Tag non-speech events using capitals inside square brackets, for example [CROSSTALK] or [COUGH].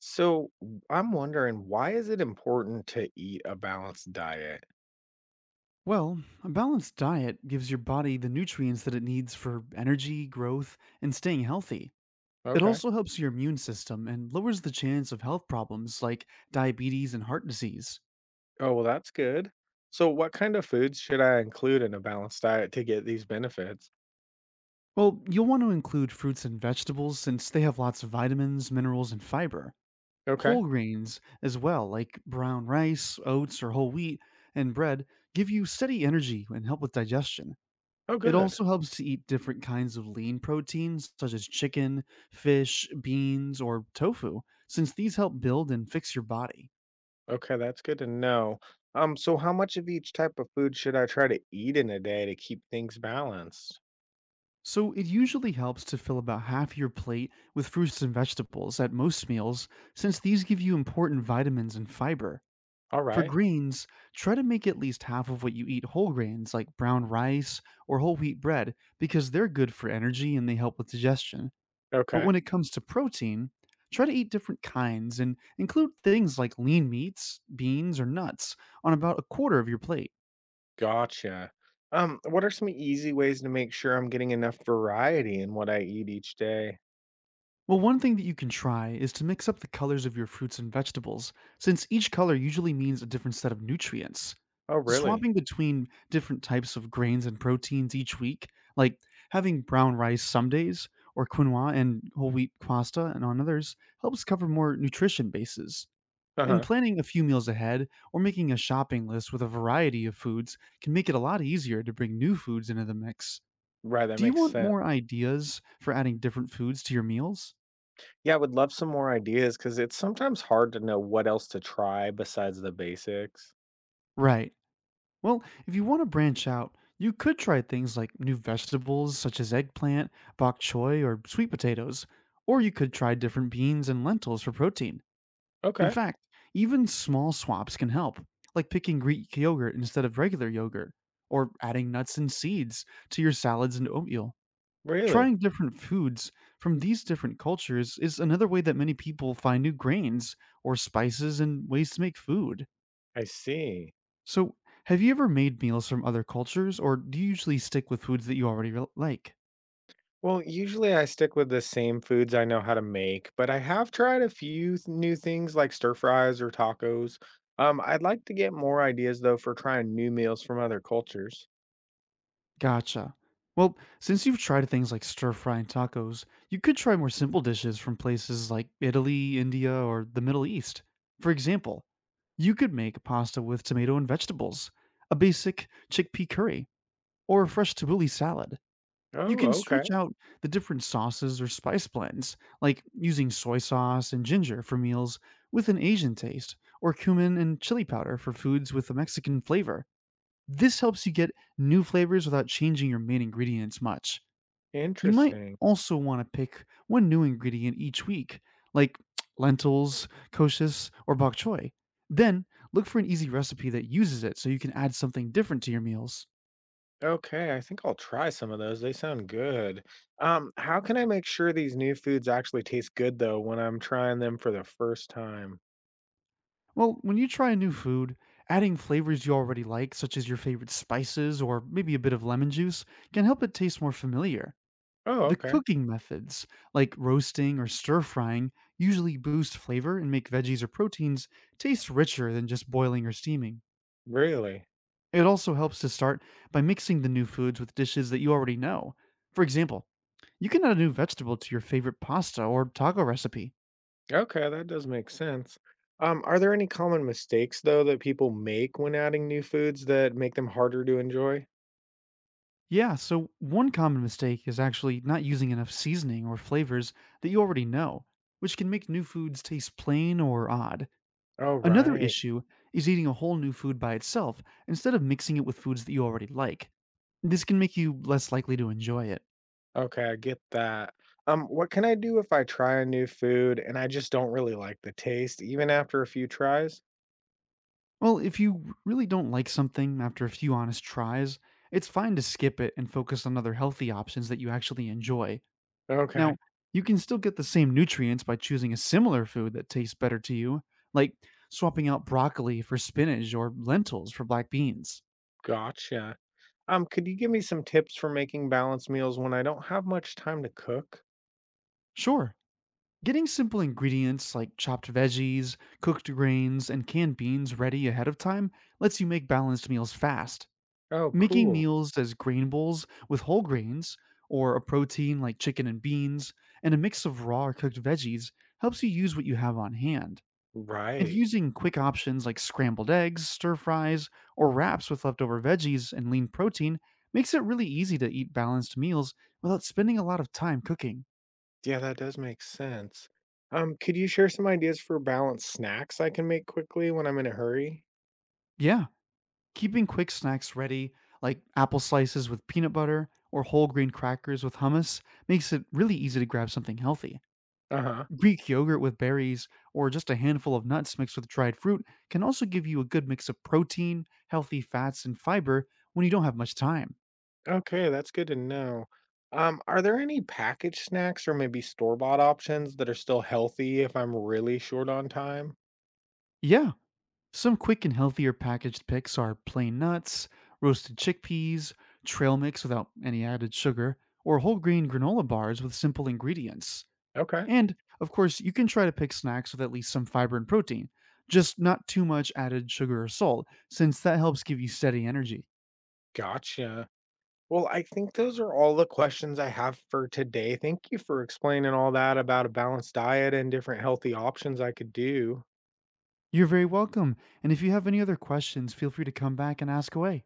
So I'm wondering, why is it important to eat a balanced diet? Well, a balanced diet gives your body the nutrients that it needs for energy, growth, and staying healthy. It Okay. also helps your immune system and lowers the chance of health problems like diabetes and heart disease. Oh, well, that's good. So what kind of foods should I include in a balanced diet to get these benefits? Well, you'll want to include fruits and vegetables since they have lots of vitamins, minerals, and fiber. Okay. Whole grains, as well, like brown rice, oats, or whole wheat, and bread, give you steady energy and help with digestion. Oh, It good. also helps to eat different kinds of lean proteins, such as chicken, fish, beans, or tofu, since these help build and fix your body. Okay, that's good to know. So how much of each type of food should I try to eat in a day to keep things balanced? So, it usually helps to fill about half your plate with fruits and vegetables at most meals, since these give you important vitamins and fiber. All For right. greens, try to make at least half of what you eat whole grains like brown rice or whole wheat bread, because they're good for energy and they help with digestion. But Okay. when it comes to protein, try to eat different kinds and include things like lean meats, beans, or nuts on about a quarter of your plate. Gotcha. What are some easy ways to make sure I'm getting enough variety in what I eat each day? Well, one thing that you can try is to mix up the colors of your fruits and vegetables, since each color usually means a different set of nutrients. Oh, really? Swapping between different types of grains and proteins each week, like having brown rice some days or quinoa and whole wheat pasta and on others, helps cover more nutrition bases. And Uh-huh. planning a few meals ahead or making a shopping list with a variety of foods can make it a lot easier to bring new foods into the mix. Right, that Do you makes want sense. more ideas for adding different foods to your meals? Yeah, I would love some more ideas because it's sometimes hard to know what else to try besides the basics. Right. Well, if you want to branch out, you could try things like new vegetables such as eggplant, bok choy, or sweet potatoes. Or you could try different beans and lentils for protein. In Okay, fact, even small swaps can help, like picking Greek yogurt instead of regular yogurt, or adding nuts and seeds to your salads and oatmeal. really? Trying different foods from these different cultures is another way that many people find new grains or spices and ways to make food. I see. So, have you ever made meals from other cultures, or do you usually stick with foods that you like? Well, usually I stick with the same foods I know how to make, but I have tried a few new things like stir fries or tacos. I'd like to get more ideas though for trying new meals from other cultures. Gotcha. Well, since you've tried things like stir fry and tacos, you could try more simple dishes from places like Italy, India, or the Middle East. For example, you could make pasta with tomato and vegetables, a basic chickpea curry, or a fresh tabbouleh salad. You Oh, can okay. switch out the different sauces or spice blends, like using soy sauce and ginger for meals with an Asian taste, or cumin and chili powder for foods with a Mexican flavor. This helps you get new flavors without changing your main ingredients much. You might Interesting. also want to pick one new ingredient each week, like [TSK] lentils, koshis, or bok choy. Then look for an easy recipe that uses it so you can add something different to your meals. Okay, I think I'll try some of those. They sound good. How can I make sure these new foods actually taste good though when I'm trying them for the first time? Well, when you try a new food, adding flavors you already like, such as your favorite spices or maybe a bit of lemon juice, can help it taste more familiar. Oh, The okay. cooking methods, like roasting or stir frying, usually boost flavor and make veggies or proteins taste richer than just boiling or steaming. Really? It also helps to start by mixing the new foods with dishes that you already know. For example, you can add a new vegetable to your favorite pasta or taco recipe. Okay, that does make sense. Are there any common mistakes though that people make when adding new foods that make them harder to enjoy? Yeah, so one common mistake is actually not using enough seasoning or flavors that you already know, which can make new foods taste plain or odd. Oh, Another right. issue is eating a whole new food by itself instead of mixing it with foods that you already like. This can make you less likely to enjoy it. Okay, I get that. What can I do if I try a new food and I just don't really like the taste, even after a few tries? Well, if you really don't like something after a few honest tries, it's fine to skip it and focus on other healthy options that you actually enjoy. Okay, Now, you can still get the same nutrients by choosing a similar food that tastes better to you, like swapping out broccoli for spinach or lentils for black beans. gotcha. Could you give me some tips for making balanced meals when I don't have much time to cook? Sure, getting simple ingredients like chopped veggies, cooked grains, and canned beans ready ahead of time lets you make balanced meals fast. Oh, Making cool. meals as grain bowls with whole grains, or a protein like chicken and beans, and a mix of raw or cooked veggies helps you use what you have on hand. And Right. using quick options like scrambled eggs, stir fries, or wraps with leftover veggies and lean protein makes it really easy to eat balanced meals without spending a lot of time cooking. Yeah, that does make sense. Could you share some ideas for balanced snacks I can make quickly when I'm in a hurry? Yeah, keeping quick snacks ready, like apple slices with peanut butter or whole grain crackers with hummus, makes it really easy to grab something healthy. Uh-huh. Greek yogurt with berries or just a handful of nuts mixed with dried fruit can also give you a good mix of protein, healthy fats, and fiber when you don't have much time. Okay, that's good to know. Are there any packaged snacks or maybe store-bought options that are still healthy if I'm really short on time? Yeah, some quick and healthier packaged picks are plain nuts, roasted chickpeas, trail mix without any added sugar, or whole grain granola bars with simple ingredients. Okay, And of course, you can try to pick snacks with at least some fiber and protein, just not too much added sugar or salt, since that helps give you steady energy. gotcha. Well, I think those are all the questions I have for today. Thank you for explaining all that about a balanced diet and different healthy options I could do. You're very welcome. And if you have any other questions, feel free to come back and ask away.